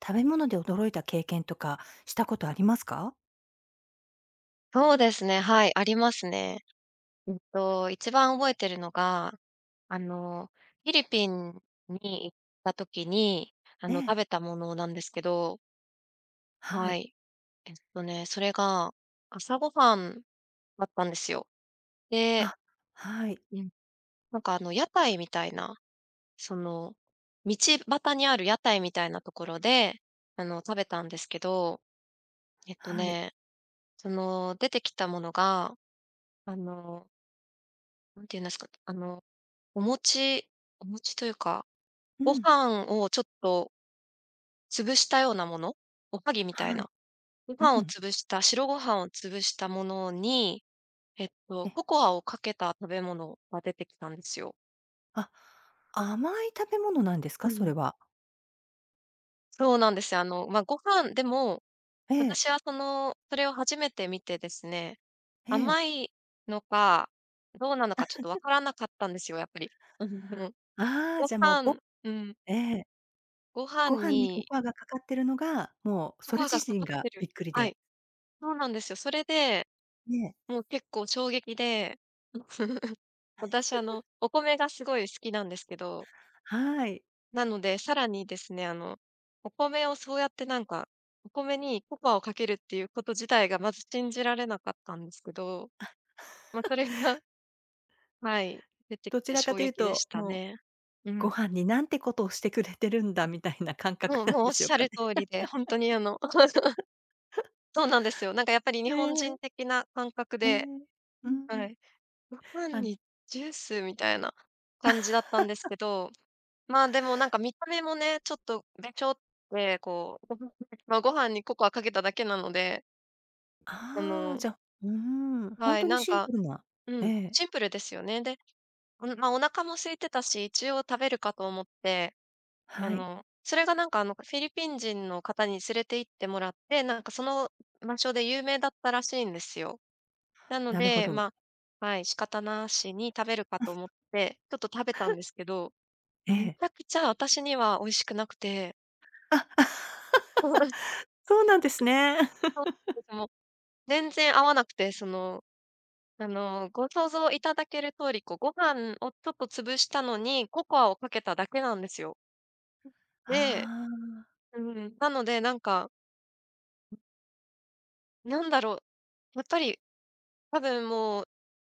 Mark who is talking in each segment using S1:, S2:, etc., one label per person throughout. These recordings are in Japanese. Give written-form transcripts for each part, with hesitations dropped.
S1: 食べ物で驚いた経験とかしたことありますか？
S2: そうですね、はい、ありますね。一番覚えてるのが、あの、フィリピンに行った時に、
S1: え
S2: 食
S1: え、
S2: べたものなんですけど、
S1: は
S2: は
S1: い。
S2: い。それが朝ごはんだったんですよ。で、
S1: あ、はい、
S2: うん、屋台みたいな、その、道端にある屋台みたいなところで、食べたんですけど、えっと
S1: はい。
S2: ね、その、出てきたものが、あの、なんて言うんですか、お餅お餅というか、
S1: う
S2: ご
S1: ん、
S2: 飯をちょっと潰したようなもの、おはぎみたい
S1: はい。
S2: な、ご
S1: う
S2: 飯を
S1: ん、
S2: 潰した白ご飯を潰したものに、
S1: え
S2: ココアをかけた食べ物が出てきたんですよ。
S1: あ、甘い食べ物なんです
S2: う
S1: か？それ
S2: ん。
S1: は。
S2: そうなんですよ。まあ、ご飯でも、
S1: ええ、
S2: 私はその、それを初めて見てですね、
S1: ええ。
S2: 甘いのか、どうなのかちょっとわからなかったんですよ、やっぱり。うん。
S1: ああ、
S2: ご
S1: じゃあもうご
S2: 飯うん、
S1: ええ、
S2: ご飯
S1: ご飯にコ
S2: に
S1: コアがかかってるのが、もう
S2: そ
S1: それ
S2: ば
S1: 自
S2: がか
S1: 身
S2: かっ
S1: が
S2: て
S1: び
S2: る。
S1: っくり
S2: は
S1: で。
S2: い。そうなんですよ。それで、
S1: ね、
S2: もう結構衝撃で、私お米がすごい好きなんですけど、
S1: はい。
S2: なので、さらにですね、お米をそうやってお米にココアをかけるっていうこと自体がまず信じられなかったんですけど、まあ、それが はい、出てき
S1: どち
S2: て
S1: らか
S2: 衝
S1: という
S2: 撃で
S1: と、
S2: した
S1: もう
S2: ね。う
S1: ご
S2: ん。
S1: 飯になんてことをしてくれてるんだみたいな感覚
S2: もう
S1: なん
S2: もうお
S1: で
S2: っ
S1: しょ
S2: し
S1: う
S2: ゃ
S1: か
S2: る
S1: ね。
S2: 通りで、本当にそうなんですよ。やっぱり日
S1: え
S2: 本人
S1: え、
S2: 的な感覚
S1: え
S2: で、
S1: え。う
S2: は
S1: ん
S2: い。ご飯
S1: あ
S2: にジュースみたいな感じだったんですけど、まあ、でも見た目もね、ちょっとべちょってこう、ま、ご飯にココアかけただけなので、あ
S1: ああ、
S2: の、
S1: じゃ、うーん、ほ
S2: は
S1: ん
S2: い、
S1: とにシンプルな
S2: う
S1: え
S2: ん、
S1: え、
S2: シンプルですよね。で、うん、まお腹も空いてたし、一応食べるかと思って、
S1: はい、
S2: それがフィリピン人の方に連れて行ってもらって、その場所で有名だったらしいんですよ。なの
S1: なるほ
S2: で、
S1: ど。
S2: まあ、はい、仕方なしに食べるかと思って、ちょっと食べたんですけど、
S1: え
S2: めち
S1: え。
S2: ゃくちゃ私には美味しくなくて。
S1: あ、あ そうなんですね。
S2: そ うなんですもう、全然合わなくて、その、ご想像いただける通り、こう、ご飯をちょっと潰したのに、ココアをかけただけなんですよ。で、
S1: ああ、
S2: うん、なのでなんだろう、やっぱり多分もう、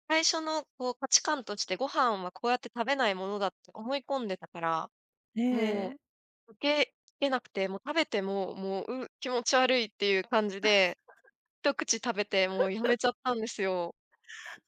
S2: 最初のこう価値観として、ご飯はこうやって食べないものだって思い込んでたから、も
S1: ええ。
S2: う溶けけなくて、もう食べても、もう、気持ち悪いっていう感じで、一口食べてもうやめちゃったんですよ。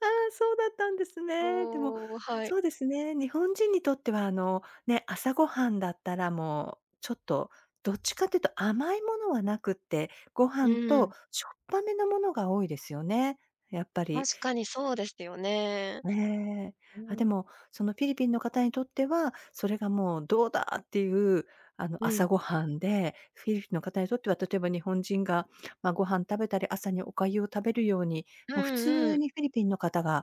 S1: ああ、そうだったんですね。でも、
S2: そう、はい。
S1: そうですね、日本人にとっては、あの、ね、朝ごはんだったらもう、ちょっと、どっちかっていうと甘いものはなくって、ご
S2: う
S1: 飯
S2: ん、
S1: としょっぱめのものが多いですよね、やっぱり。
S2: 確かにそうですよね。
S1: ねえ。
S2: う
S1: あ、
S2: ん。
S1: でも、そのフィリピンの方にとっては、それがもうどうだっていう、あの、
S2: うん。
S1: 朝ごはんで、フィリピンの方にとっては、例えば日本人が、まあ、ご飯食べたり、朝にお粥を食べるように、
S2: うん
S1: もう普
S2: う
S1: 通
S2: ん。
S1: にフィリピンの方が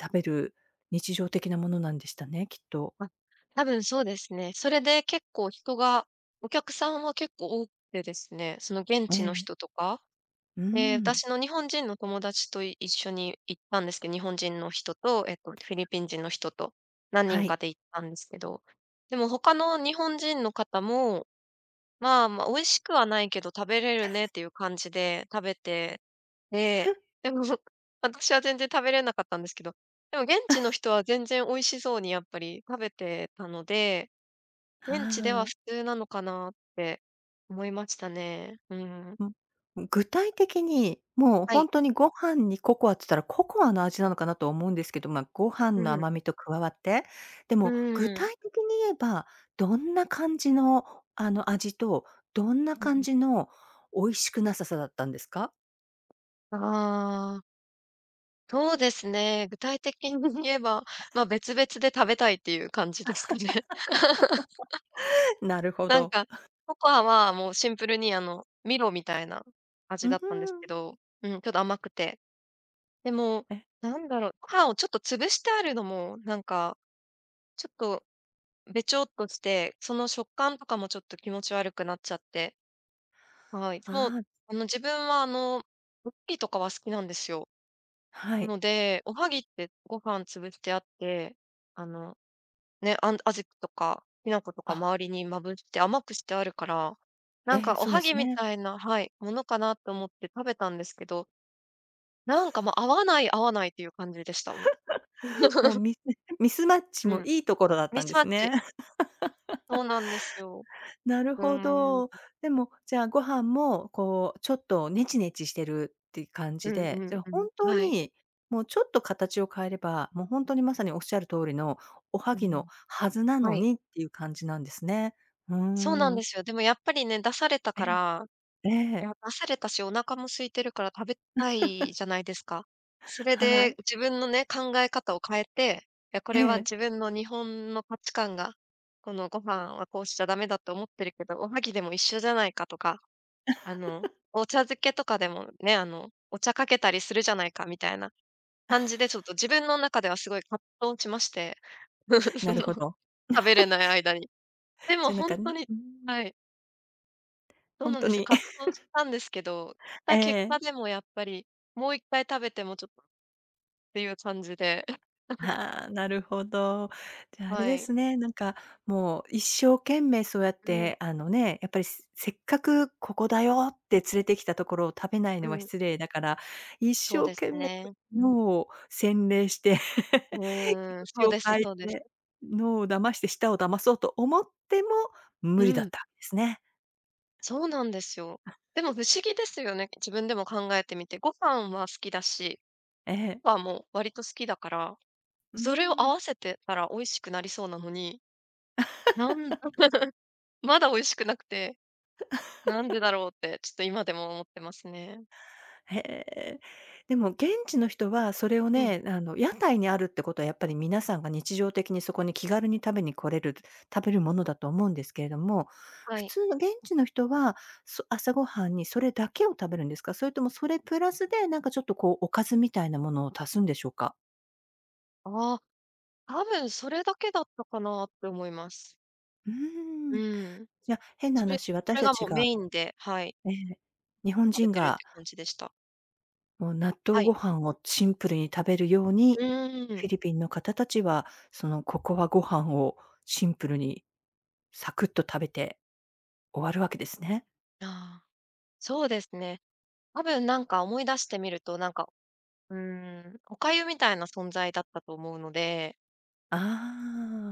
S1: 食べる日常的なものなんでしたね、きっと。
S2: あ、多分そうですね。それで結構人がお客さんは結構多くてですね、その現
S1: ね
S2: 地の
S1: え。
S2: 人とか
S1: う
S2: で、
S1: ん。
S2: 私の日本人の友達とい一緒に行ったんですけど、日本人の人と、フィリピン人の人と何
S1: は
S2: 人か
S1: い。
S2: で行ったんですけど、でも他の日本人の方も、まあ、まあ、美味しくはないけど食べれるねっていう感じで食べて、ででも 私は全然食べれなかったんですけど、でも現地の人は全然美味しそうにやっぱり食べてたので、
S1: は
S2: 現地では普
S1: あ。
S2: 通なのかなって思いましたね。うん。
S1: うん。具体的に、もう
S2: は
S1: ほ
S2: い。
S1: んとにご飯にココアっつったら、ココアの味なのかなと思うんですけど、ま、ご飯
S2: う
S1: の
S2: ん。
S1: 甘みと加わって、で
S2: う
S1: も具
S2: ん。
S1: 体的に言えば、どんな感じの、あの、味と、どんな
S2: う
S1: 感
S2: ん。
S1: じの美味しくなささだったんですか？
S2: ああ、そうですね。具体的に言えば、ま、別々で食べたいっていう感じですかね。
S1: なるほ
S2: なん
S1: ど。
S2: か、ココアはもうシンプルにミロみたいな味
S1: う
S2: だっ
S1: ふ
S2: たんですけ
S1: ん。
S2: ど、うん、ちょっと甘くて。でも、
S1: え。
S2: なんだろう、コ飯をちょっと潰してあるのも、ちょっとべちょっとして、その食感とかもちょっと気持ち悪くなっちゃって、はい。でも、
S1: ああ、
S2: 自分はクッキーとかは好きなんですよ。な
S1: はい。
S2: ので、おはぎってご飯潰してあって、あの、ね、あんあじとかきな粉とか
S1: あ、
S2: 周りにまぶして甘くしてあるから、
S1: ええ、
S2: お
S1: そうで
S2: はぎ
S1: す
S2: み
S1: ね。
S2: たいな、はい、ものかなと思って食べたんですけど、もう合わない合わないっていう感じでした、もん。
S1: もう ミス ミスマッチ
S2: う
S1: も
S2: ん、
S1: いいところだっ
S2: ミ
S1: たん
S2: ス
S1: で
S2: マッ
S1: す
S2: チ。
S1: ね。
S2: そうなんですよ。
S1: なる
S2: う
S1: ほ
S2: ーん。
S1: ど。でも、じゃあご飯も、こう、ちょっとネチネチしてるって感
S2: う
S1: じ
S2: んう
S1: で、じ
S2: ん
S1: ゃあ
S2: う
S1: 本
S2: ん。
S1: 当
S2: はい。
S1: に、もうちょっと形を変えれば、もう本当にまさにおっしゃる通りの、おは
S2: う
S1: ぎの
S2: ん。
S1: はずな
S2: は
S1: の
S2: い。
S1: にっていう感じなんですね。うー
S2: そうなんで
S1: ん。
S2: すよ。でもやっぱりね、出された
S1: え
S2: から
S1: え、え
S2: い
S1: え、
S2: や、出されたし、お腹も空いてるから食べたいじゃないですか。それ
S1: は
S2: で
S1: い。
S2: 自分のね、考え方を変えて、いや、こ
S1: え
S2: れは
S1: え、
S2: 自分の日本の価値観が、このご飯はこうしちゃダメだって思ってるけど、おはぎでも一緒じゃないかとか、あの、お茶漬けとかでもね、お茶かけたりするじゃないかみたいな感じで、ちょっと自分の中ではすごい葛藤しまして、そ
S1: なる
S2: の、
S1: ほど。
S2: 食べれない間に。で
S1: じ
S2: も
S1: ゃ、なん
S2: 本
S1: か
S2: 当
S1: ね、
S2: に、
S1: うーん、
S2: はい。そう
S1: ほん
S2: なん
S1: と
S2: ですよ。
S1: に、
S2: 葛藤したんですけど、し
S1: え
S2: た結果
S1: え。
S2: でもやっぱり、もう一回食べてもちょっとっていう感じで、
S1: ああ、なるほど。じゃあ、あれ
S2: は
S1: で
S2: い。
S1: すね、なんか、もう一生懸命そうやっ
S2: うん、
S1: て、あのね、やっぱりせっかくここだよって連れてきたところを食べない
S2: う
S1: のは
S2: ん、
S1: 失礼だから、一
S2: そう
S1: 生
S2: です
S1: 懸命
S2: ね。
S1: 脳を洗礼して
S2: う
S1: 気
S2: ーん、
S1: 持
S2: そ
S1: ち
S2: う
S1: を
S2: です
S1: 変え
S2: そうです。
S1: て、脳を騙して舌を騙そうと思っても
S2: う
S1: 無理だっ
S2: ん、
S1: たんですね。
S2: そうなんですよ。でも不思議ですよね、自分でも考えてみて。ご飯は好きだし、
S1: ええ。
S2: はもう割と好きだから、
S1: う
S2: それを合
S1: ん。
S2: わせてたら美味しくなりそうなのに、なん まだ美味しくなくて、なんでだろうってちょっと今でも思ってますね。
S1: へえ。でも現地の人はそれを
S2: うん、
S1: ね、あの、屋台にあるってことはやっぱり皆さんが日常的にそこに気軽に食べに来れる食べるものだと思うんですけれども、
S2: は
S1: 普
S2: い。
S1: 通の現地の人は、朝ごはんにそれだけを食べるんですか？それともそれプラスでなんかちょっとこうおかずみたいなものを足すんでしょうか？
S2: ああ。多分それだけだったかなって思います。
S1: うー
S2: う
S1: ん。
S2: ん。
S1: じゃ、変な
S2: それ
S1: 話、
S2: そ
S1: 私
S2: れ
S1: た
S2: がも
S1: ち
S2: うメ
S1: が
S2: インで、はい、
S1: ええ、日本
S2: 食べ
S1: 人
S2: てるっ
S1: が
S2: て感じでした。
S1: もう納豆
S2: は
S1: ご
S2: い。
S1: 飯をシンプルに食べるよう
S2: う
S1: に、
S2: ー
S1: フ
S2: ん。
S1: ィリピンの方たちは、そのココアご飯をシンプルにサクッと食べて終わるわけですね。
S2: ああ、そうですね。多分思い出してみると、うーん、お粥みたいな存在だったと思うので、
S1: あ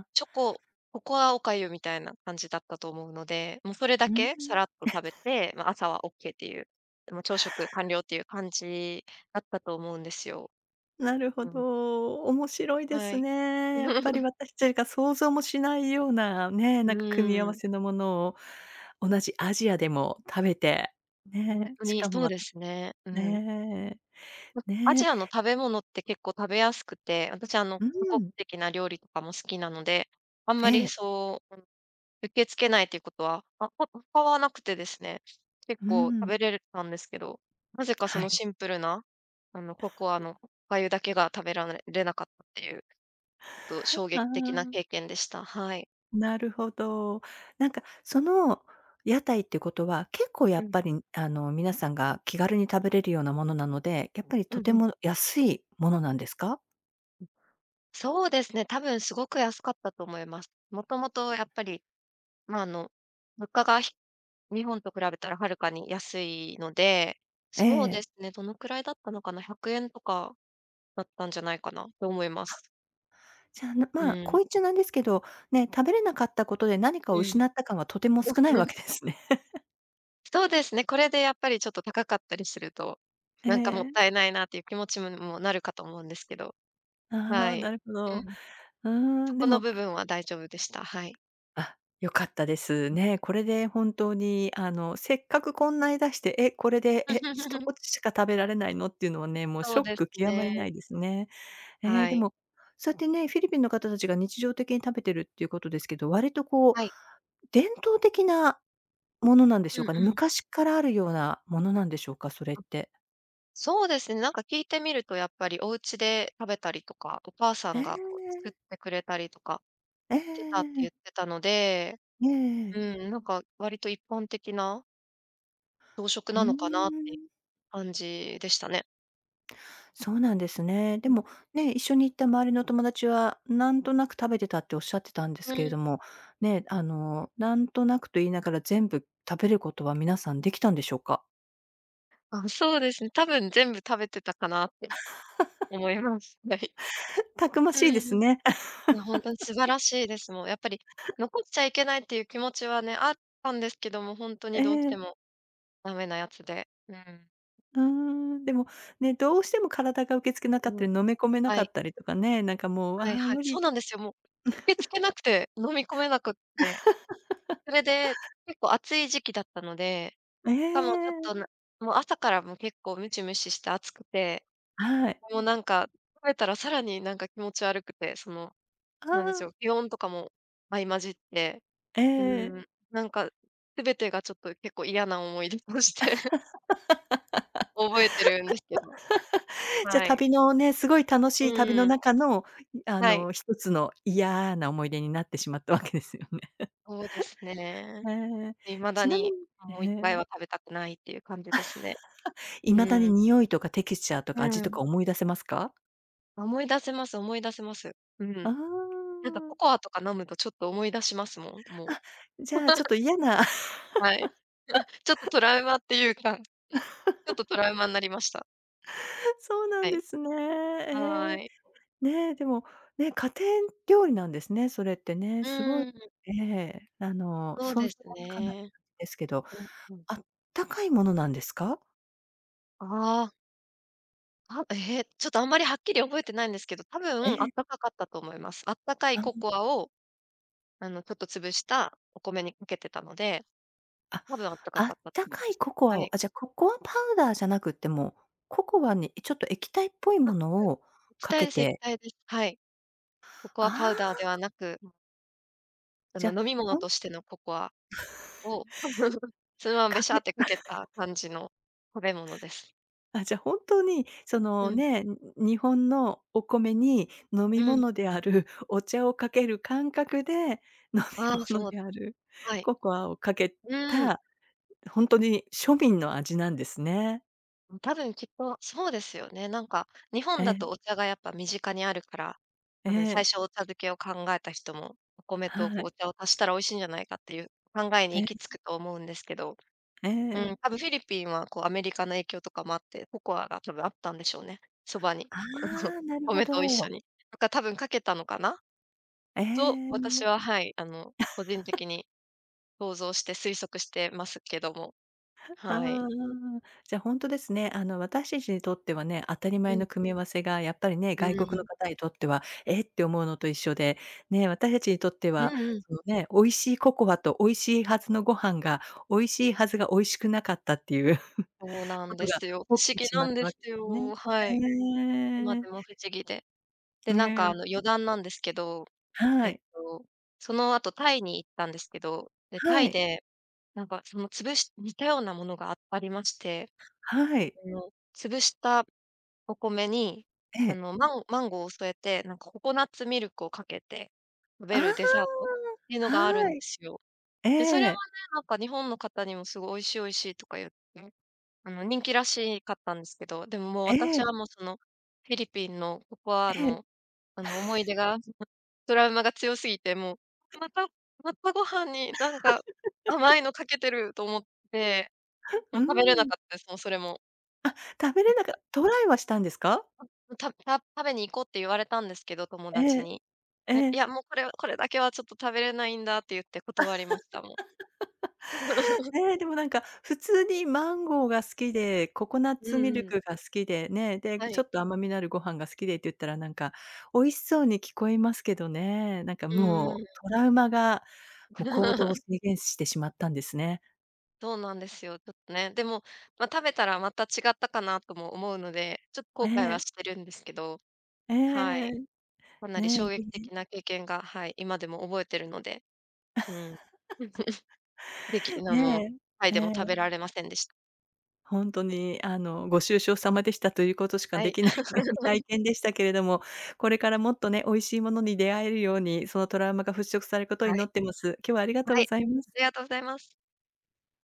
S1: あ、
S2: チョコココアお粥みたいな感じだったと思うので、もうそれだ
S1: うん、
S2: けさらっと食べて、まあ、朝はオッケーっていう、でも朝食完了っていう感じだったと思うんですよ。
S1: なるほ
S2: うん、
S1: ど。面白いで
S2: は
S1: す
S2: い。
S1: ね。やっぱり 私たちが想像もしないようなね、
S2: う
S1: なんか組み合
S2: ー
S1: わ
S2: ん。
S1: せのものを同じアジアでも食べて、
S2: ほん
S1: ね、
S2: と
S1: し
S2: に
S1: かも
S2: そうで
S1: 私
S2: すね。う
S1: た
S2: ん。
S1: ね、
S2: ま、アジ
S1: ね、
S2: アの食べ物って結構食べやすくて、私
S1: う
S2: 多国
S1: ん、
S2: 籍な料理とかも好きなので、あんま
S1: え
S2: り
S1: え、
S2: そう、うん、受け付けないということは、あ、他はなくてですね、結
S1: う
S2: 構食
S1: ん、
S2: べれるたんですけど、なぜかそ
S1: は
S2: の
S1: い。
S2: シンプルな、ココアの粥だけが食べられれなかったっていう、ちょっと衝
S1: あ
S2: 撃的な経
S1: あ。
S2: 験でした。はい。
S1: なるほど。なんか、その屋台ってことは、結構や
S2: う
S1: っ
S2: ん。
S1: ぱり、あの、皆さんが気軽に食べれるようなものなので、やっぱり
S2: う
S1: と
S2: ん
S1: て
S2: うん。
S1: も安いものなんですか？
S2: そうですね、多分すごく安かったと思います。もともとやっぱり、ま、物価が日本と比べたらはるかに安いので、
S1: え
S2: そうで
S1: え。
S2: すね、どのくらいだったのかな、¥100 とかだったんじゃないかなと思います。
S1: じゃあ、
S2: う
S1: まあ、
S2: ん、
S1: こう言っちゃなんですけど、ね、食べれなかったことで何か
S2: う
S1: を
S2: ん。
S1: 失った感はとても少ないわけで すね。
S2: そうですね、これでやっぱりちょっと高かったりすると、
S1: え
S2: もっ
S1: え。
S2: たいないなっていう気持ちにもなるかと思うんですけど、
S1: あ
S2: は
S1: あ、な
S2: い。
S1: るほ
S2: う
S1: ど。う
S2: ん、
S1: ー
S2: そ
S1: ん、
S2: こ
S1: で
S2: の
S1: も
S2: 部分は大丈夫でした。はい。
S1: あ、良かったですね。これで本当に、あの、せっかくこんなに出して、え、これで、え、1 口しか食べられないのっていうのはね、もうシ
S2: そう
S1: ョッ
S2: です
S1: ク極ま
S2: ね。
S1: りないですね。えー
S2: は
S1: で
S2: い。
S1: も、そうやってね、フィリピンの方たちが日常的に食べてるっていうことですけど、割とこう、
S2: はい。
S1: 伝統的なものなんでし
S2: う
S1: ょう
S2: ん
S1: かね？
S2: うん。
S1: 昔からあるようなものなんでしょうか？それって。
S2: そうですね、なんか聞いてみるとやっぱりお家で食べたりとか、お母さ
S1: え
S2: んが
S1: え、
S2: こう作ってくれたりとか
S1: え
S2: してたって言
S1: え
S2: っ
S1: ええ
S2: てたので、うん、なんか割と一般的な朝食
S1: うー
S2: なのかなっていう
S1: ん。
S2: 感じでしたね。
S1: そうなんですね。でも、ね、一緒に行った周りの友達は、なんとなく食べてたっておっしゃってたんです
S2: う
S1: けれ
S2: ん。
S1: ども、ね、あの、なんとなくと言いながら全部食べることは皆さんできたんでしょうか？
S2: あ、そうですね。多分全部食べてたかなって思います。はい。
S1: たくま
S2: う
S1: しいです
S2: ん。い
S1: ね。
S2: や、本当に素晴らしいです。もうやっぱり残っちゃいけないっていう気持ちはね、あったんですけども、本当に
S1: え
S2: どうして
S1: え、
S2: もダメなやつで。うん。
S1: うーん。でも、ね、どうしても体が受け付けなかっ
S2: う
S1: た
S2: ん。
S1: り、飲め込めな
S2: は
S1: か
S2: い。
S1: ったりとかね、なんかもう、あ
S2: はい
S1: あ、
S2: はい。
S1: 無
S2: そう
S1: 理
S2: なんですよ、もう、受け付けなくて、飲み込めなくって。それで、結構暑い時期だったので、
S1: え
S2: しかもちょっと
S1: え、
S2: なもう朝からも結構ムシムシして暑くて、
S1: はい。
S2: もうなんか、食べたらさらになんか気持ち悪くて、その、
S1: あ
S2: なんでし
S1: あ、
S2: ょう、気温とかも相混じって、
S1: え
S2: う
S1: え
S2: ん、なんか全てがちょっと結構嫌な思い出として 覚えてるんですけど。
S1: じゃ、
S2: はい。
S1: 旅のね、すごい楽しい旅
S2: う
S1: の
S2: ん。
S1: 中の、あ
S2: はい。
S1: の、一つの嫌な思い出になってしまったわけですよね。
S2: そうですね。
S1: へえ。
S2: 未だ
S1: ちなみ
S2: に
S1: にえ
S2: もう一回は
S1: え。
S2: 食べたくないっていう感じですね。う
S1: 未だに
S2: ん
S1: 匂いとかテクスチャーと
S2: う
S1: か味と
S2: ん。
S1: か思い出せますか？
S2: 思い出せます思い出せます。う
S1: あ
S2: ん。なんかコ
S1: あ。
S2: コアとか飲むとちょっと思い出しますもん、もう。
S1: あ、じゃあ、ちょっと嫌な
S2: はい。ちょっとトラウマっていうか、ちょっとトラウマになりました。
S1: そうな
S2: は
S1: んで
S2: い。
S1: すね。
S2: は
S1: ええ。
S2: ーい。
S1: ね、でも、ね、家庭料理なんですね、それってね。すご
S2: う
S1: い
S2: ん、
S1: ええ、あの、
S2: そう
S1: 想像
S2: です
S1: もつかない
S2: ね。
S1: ですけど、
S2: うんうん。
S1: あったかいものなんですか？
S2: ああ、あ、えーちょっとあんまりはっきり覚えてないんですけど、多
S1: え
S2: 分あっ
S1: え。
S2: たかかったと思います。あったかい
S1: あ
S2: コ
S1: あ。
S2: コアを、あの、ちょっと潰したお米にかけてたので、
S1: あ、
S2: 多分あったか
S1: あ
S2: かっ
S1: っ
S2: たと
S1: た
S2: 思い
S1: か
S2: ま
S1: い
S2: す。
S1: ココ
S2: は
S1: アを、
S2: い。
S1: あ、じゃ、ココアパウダーじゃなくってもう、ココアにちょっと液体っぽい
S2: あ、
S1: も
S2: う
S1: の
S2: ん。
S1: を
S2: 液
S1: か
S2: 体
S1: け
S2: です液
S1: て、
S2: 体です。はい。ココ
S1: あ
S2: アパウダーで
S1: あ、
S2: はなく、あ
S1: じ
S2: の、
S1: ゃ、
S2: 飲み物
S1: ほん
S2: としてのココアを、そのままべ
S1: か
S2: し
S1: け
S2: ゃってかけ た感じの食べ物です。
S1: あ、じゃ、本当にそ
S2: う
S1: の
S2: ん、
S1: ね、日本のお米に飲み
S2: うん。
S1: 物であるお茶をかける感覚で、飲み
S2: ああ、
S1: 物
S2: そう、
S1: である
S2: はい。
S1: ココアをかけ
S2: うん。
S1: た、ほんとに庶民の味なんですね。
S2: 多分きっと、そうですよね。なんか、日
S1: え
S2: 本だと
S1: え、
S2: お茶がやっぱ身近にあるから、
S1: え
S2: 多分最
S1: え、
S2: 初お茶漬けを考えた人も、お米と
S1: は
S2: こうお
S1: い、
S2: 茶を足したら美味しいんじゃないかっていう考えに
S1: え
S2: 行
S1: え、
S2: き着くと思うんですけど、
S1: え
S2: う
S1: え。
S2: ん、多分フィリピンはこうアメリカの影響とかもあって、ココアが多分あったんでしょうね、そばに。
S1: あ あ、なるほ
S2: 米と一緒
S1: ど。
S2: に。なんか多分かけたのかな
S1: え
S2: と、
S1: え。
S2: 私は、はい、あの、個人的に想像して推測してますけども。
S1: あ
S2: はい。
S1: あ、じゃ、ほんですね。あの、私たちにとってはね、当たり
S2: う
S1: 前
S2: ん。
S1: の組み合わせがやっぱりね、
S2: う
S1: 外国の
S2: ん。
S1: 方にとっては、えって思うのと一緒で、ね、私たちにとって
S2: う
S1: は、
S2: んうん。
S1: そのね、美味しいココアと美味しいはずのご飯が、美味しいはずが美味しくなかったっていう
S2: そう な
S1: こ
S2: ん
S1: と
S2: で
S1: が
S2: すよ。不
S1: 起き
S2: 思
S1: て
S2: 議
S1: し
S2: な
S1: まっ
S2: ん
S1: た
S2: で
S1: わ
S2: す
S1: けですね。
S2: よ。はい。
S1: え
S2: 今でも
S1: え。
S2: 不思議で。で、なんか
S1: ね
S2: あの
S1: え。
S2: 余談なんですけど、
S1: は
S2: えっ
S1: い。
S2: と、その後タイに行ったんですけど、で、タ
S1: は
S2: イ
S1: い。
S2: でなんかその潰し似たようなものがありまして、
S1: はい。
S2: あの、潰したお米に、
S1: え
S2: あ
S1: え。
S2: の、マンゴーを添えて、なんかココナッツミルクをかけて食べるデザー
S1: あ
S2: トっていうの
S1: あ、
S2: があるん
S1: は
S2: で
S1: い。
S2: すよ。
S1: え
S2: で、それはね、
S1: え。
S2: なんか日本の方にもすごい美味しい美味しいとか言って、あの、人気らしかったんですけど、でももう
S1: え
S2: 私
S1: え。
S2: はもうそのフィリピンのココア
S1: ええ。
S2: の、あの、思い出がトラウマが強すぎて、もう、またまたご飯になんか甘いのかけてると思って、
S1: う
S2: もう食べれな
S1: ん。
S2: かったです、もうそれも。
S1: あ、食べれなかったトライはしたんですか？
S2: 食べに行こうって言われたんですけど、友
S1: え
S2: 達
S1: え、
S2: に。
S1: え
S2: え、い
S1: え。
S2: や、もうこれはこれだけはちょっと食べれないんだって言って断りました、もう。
S1: ね、でもなんか普通にマンゴーが好きで、ココナッ
S2: う
S1: ツ
S2: ん
S1: ミル
S2: うん。
S1: クが好きでね、で、
S2: は
S1: ちょ
S2: い。
S1: っと甘みのあるご飯が好きでって言ったらなんか、美味しそうに聞こえますけどね。なんか
S2: うん
S1: もう
S2: うん。
S1: トラウマが、もう行動を制 限してしまったんですね。
S2: そうなんですよ、ちょっとね。でも、まあ、食べたらまた違ったかなとも思うので、ちょっと後
S1: え
S2: 悔は
S1: え、
S2: してるんですけど、
S1: え
S2: は
S1: え。
S2: い。かなり
S1: ねえ、
S2: 衝
S1: ぜ
S2: 撃
S1: ひ
S2: 的な経験が、はい、今でも覚えてるので。うん。できあの、
S1: ね
S2: タ
S1: え、え
S2: でも食
S1: え。
S2: べられませんでした。
S1: ほんとに、あの、ご愁傷様でしたということしか
S2: は
S1: で
S2: い。
S1: きない 体験でしたけれども、これからもっとね、美味しいものに出会えるように、そのトラウマが払拭されることを
S2: は
S1: 祈
S2: い。
S1: ってます。今日はありがとう
S2: は
S1: ご
S2: い。
S1: ざいます。
S2: ありがとうございます。